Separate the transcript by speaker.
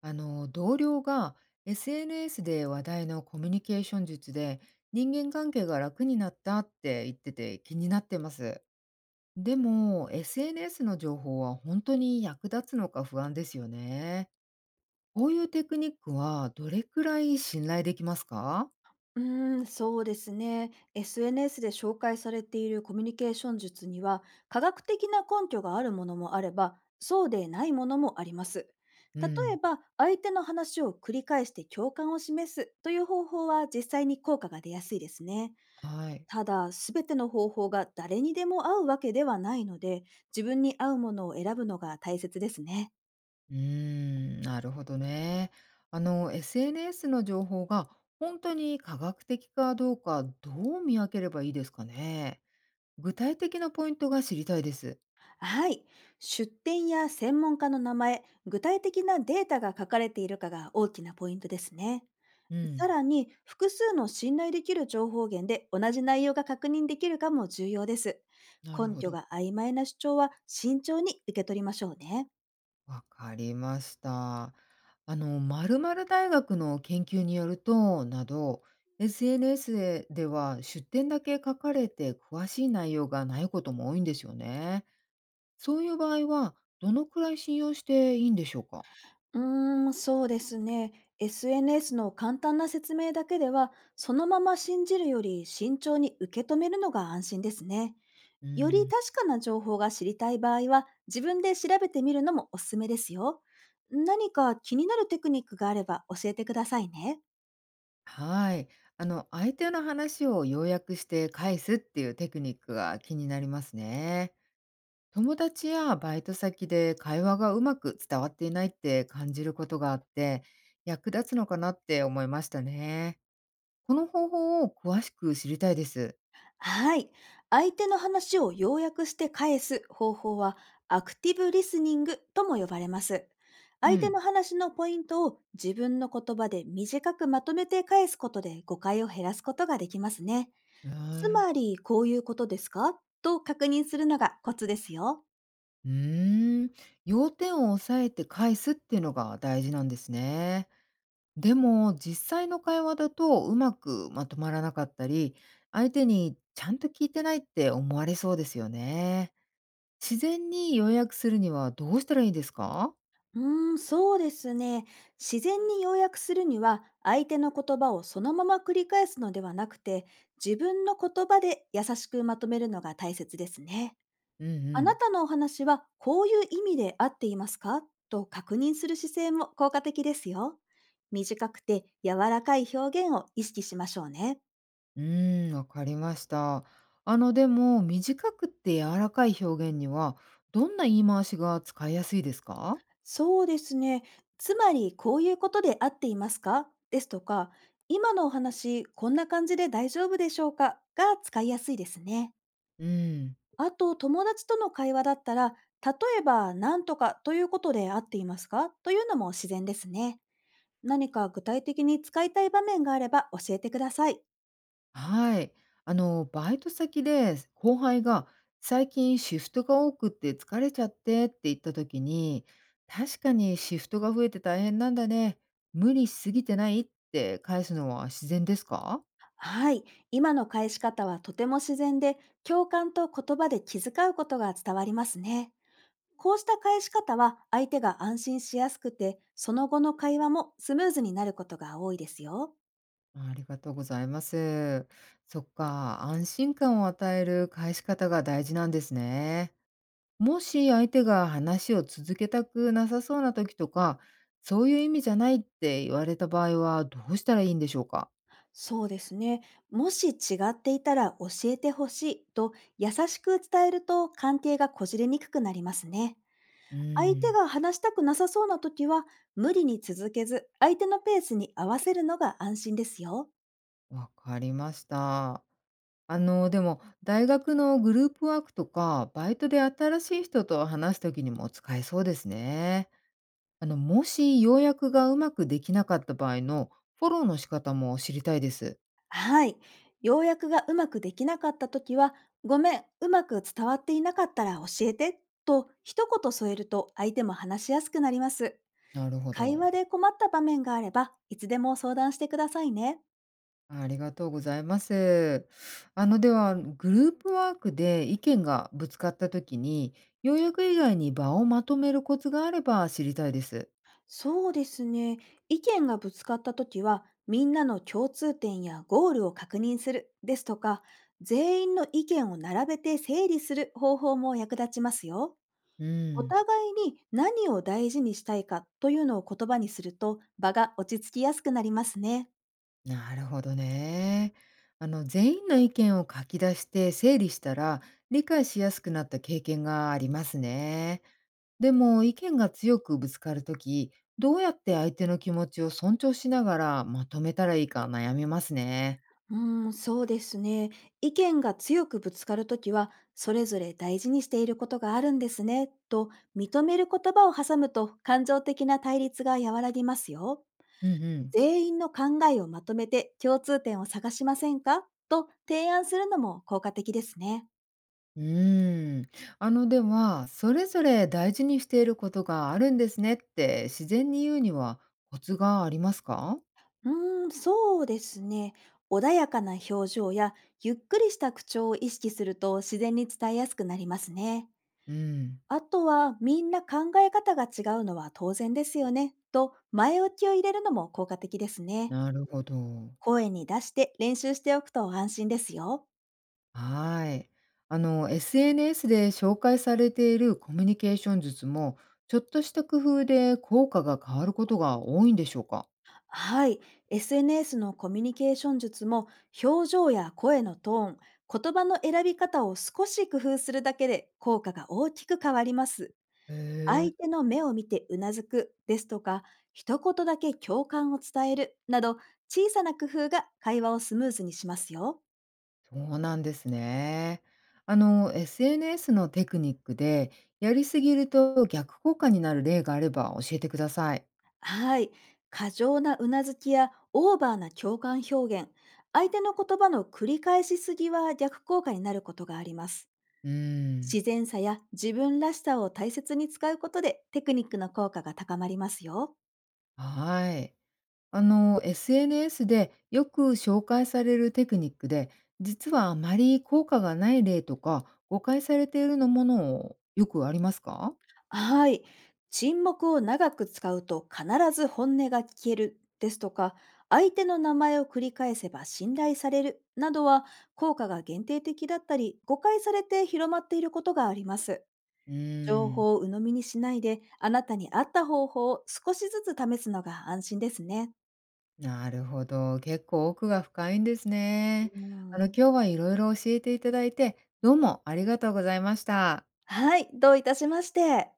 Speaker 1: 同僚が SNS で話題のコミュニケーション術で人間関係が楽になったって言ってて気になってます。でも SNS の情報は本当に役立つのか不安ですよね。こういうテクニックはどれくらい信頼できますか？
Speaker 2: うーん、そうですね。SNS で紹介されているコミュニケーション術には、科学的な根拠があるものもあれば、そうでないものもあります。
Speaker 1: う
Speaker 2: 例え
Speaker 1: ん。
Speaker 2: ば、相手の話を繰り返して共感を示すという方法は実際に効果が出やすいですね。
Speaker 1: はい。
Speaker 2: ただ、すべての方法が誰にでも合うわけではないので、自分に合うものを選ぶのが大切ですね。
Speaker 1: うーん、なるほどね。SNS の情報が本当に科学的かどうかどう見分ければいいですかね。具体的なポイントが知りたいです。
Speaker 2: はい。出典や専門家の名前、具体的なデータが書かれているかが大きなポイントですね。
Speaker 1: うん。
Speaker 2: さらに、複数の信頼できる情報源で同じ内容が確認できるかも重要です。
Speaker 1: なる
Speaker 2: 根
Speaker 1: ほ
Speaker 2: 拠
Speaker 1: ど。
Speaker 2: が曖昧な主張は慎重に受け取りましょうね。
Speaker 1: わかりました。〇〇大学の研究によると、など、SNS では出典だけ書かれて詳しい内容がないことも多いんですよね。そういう場合は、どのくらい信用していいんでしょうか？
Speaker 2: うーん、そうですね。SNS の簡単な説明だけでは、そのまま信じるより慎重に受け止めるのが安心ですね。
Speaker 1: う
Speaker 2: より
Speaker 1: ん。
Speaker 2: 確かな情報が知りたい場合は、自分で調べてみるのもおすすめですよ。何か気になるテクニックがあれば教えてくださいね。
Speaker 1: はい。相手の話を要約して返すっていうテクニックが気になりますね。友達やバイト先で会話がうまく伝わっていないって感じることがあって役立つのかなって思いましたね。この方法を詳しく知りたいです。
Speaker 2: はい。相手の話を要約して返す方法は、アクティブリスニングとも呼ばれます。
Speaker 1: う
Speaker 2: 相手
Speaker 1: ん。
Speaker 2: の話のポイントを自分の言葉で短くまとめて返すことで、誤解を減らすことができますね。
Speaker 1: へ
Speaker 2: つ
Speaker 1: え。
Speaker 2: まり、こういうことですか、と確認するのがコツですよ。
Speaker 1: うーん。要点を押さえて返すっていうのが大事なんですね。でも実際の会話だとうまくまとまらなかったり相手にちゃんと聞いてないって思われそうですよね。自然に要約するにはどうしたらいいですか？
Speaker 2: うーん、そうですね。自然に要約するには、相手の言葉をそのまま繰り返すのではなくて、自分の言葉で優しくまとめるのが大切ですね。
Speaker 1: うん
Speaker 2: あ
Speaker 1: う
Speaker 2: な
Speaker 1: ん。
Speaker 2: たのお話はこういう意味で合っていますか、と確認する姿勢も効果的ですよ。短くて柔らかい表現を意識しましょうね。
Speaker 1: うーん、わかりました。でも、短くて柔らかい表現には、どんな言い回しが使いやすいですか？
Speaker 2: そうですね。つまり、こういうことで合っていますか、ですとか、今のお話、こんな感じで大丈夫でしょうか、が使いやすいですね。
Speaker 1: うん。
Speaker 2: あと、友達との会話だったら、例えば、なんとかということで合っていますか、というのも自然ですね。何か具体的に使いたい場面があれば教えてください。
Speaker 1: はい。バイト先で後輩が、最近シフトが多くって疲れちゃってって言った時に、確かにシフトが増えて大変なんだね。無理しすぎてないって返すのは自然ですか？
Speaker 2: はい。今の返し方はとても自然で、共感と言葉で気遣うことが伝わりますね。こうした返し方は相手が安心しやすくて、その後の会話もスムーズになることが多いですよ。
Speaker 1: ありがとうございます。そっか、安心感を与える返し方が大事なんですね。もし相手が話を続けたくなさそうな時とか、そういう意味じゃないって言われた場合はどうしたらいいんでしょうか？
Speaker 2: そうですね。もし違っていたら教えてほしい、と優しく伝えると、関係がこじれにくくなりますね。
Speaker 1: う
Speaker 2: 相
Speaker 1: ー
Speaker 2: 手
Speaker 1: ん。
Speaker 2: が話したくなさそうな時は、無理に続けず、相手のペースに合わせるのが安心ですよ。
Speaker 1: わかりました。でも大学のグループワークとか、バイトで新しい人と話す時にも使えそうですね。もし要約がうまくできなかった場合のフォローの仕方も知りたいです。
Speaker 2: はい。要約がうまくできなかったときは、ごめん、うまく伝わっていなかったら教えて、と一言添えると、相手も話しやすくなります。
Speaker 1: なるほ
Speaker 2: 会話
Speaker 1: ど。
Speaker 2: で困った場面があれば、いつでも相談してくださいね。
Speaker 1: ありがとうございます。では、グループワークで意見がぶつかったときに、要約以外に場をまとめるコツがあれば知りたいです。
Speaker 2: そうですね。意見がぶつかったときは、みんなの共通点やゴールを確認する、ですとか、全員の意見を並べて整理する方法も役立ちますよ。
Speaker 1: う
Speaker 2: お
Speaker 1: ん、
Speaker 2: 互いに何を大事にしたいかというのを言葉にすると、場が落ち着きやすくなりますね。
Speaker 1: なるほどね。全員の意見を書き出して整理したら、理解しやすくなった経験がありますね。でも、意見が強くぶつかるとき、どうやって相手の気持ちを尊重しながらまとめたらいいか悩みますね。
Speaker 2: うーん、そうですね。意見が強くぶつかるときは、それぞれ大事にしていることがあるんですね、と認める言葉を挟むと、感情的な対立が和らぎますよ。
Speaker 1: うんうん。
Speaker 2: 全員の考えをまとめて共通点を探しませんか、と提案するのも効果的ですね。
Speaker 1: うーん。では、それぞれ大事にしていることがあるんですねって自然に言うにはコツがありますか？
Speaker 2: うーん、そうですね。穏やかな表情やゆっくりした口調を意識すると、自然に伝えやすくなりますね。
Speaker 1: うん、
Speaker 2: あとは、みんな考え方が違うのは当然ですよね、と前置きを入れるのも効果的ですね。
Speaker 1: なるほど。
Speaker 2: 声に出して練習しておくと安心ですよ。
Speaker 1: はい。SNS で紹介されているコミュニケーション術も、ちょっとした工夫で効果が変わることが多いんでしょうか？
Speaker 2: はい。SNS のコミュニケーション術も、表情や声のトーン、言葉の選び方を少し工夫するだけで、効果が大きく変わります。
Speaker 1: へ
Speaker 2: 相
Speaker 1: え、
Speaker 2: 手の目を見てうなずく、ですとか、一言だけ共感を伝えるなど、小さな工夫が会話をスムーズにしますよ。
Speaker 1: そうなんですね。SNS のテクニックで、やりすぎると逆効果になる例があれば教えてください。
Speaker 2: はい。過剰なうなずきやオーバーな共感表現、相手の言葉の繰り返しすぎは、逆効果になることがあります。
Speaker 1: うーん、
Speaker 2: 自然さや自分らしさを大切に使うことで、テクニックの効果が高まりますよ。
Speaker 1: はい。SNS でよく紹介されるテクニックで、実はあまり効果がない例とか、誤解されているのもの、よくありますか？
Speaker 2: はい。沈黙を長く使うと必ず本音が聞ける、ですとか、相手の名前を繰り返せば信頼される、などは効果が限定的だったり、誤解されて広まっていることがあります。
Speaker 1: う
Speaker 2: 情
Speaker 1: ーん、
Speaker 2: 報を鵜呑みにしないで、あなたに合った方法を少しずつ試すのが安心ですね。
Speaker 1: なるほど、結構奥が深いんですね。
Speaker 2: うん。
Speaker 1: 今日は色々教えていただいて、どうもありがとうございました。
Speaker 2: はい。どういたしまして。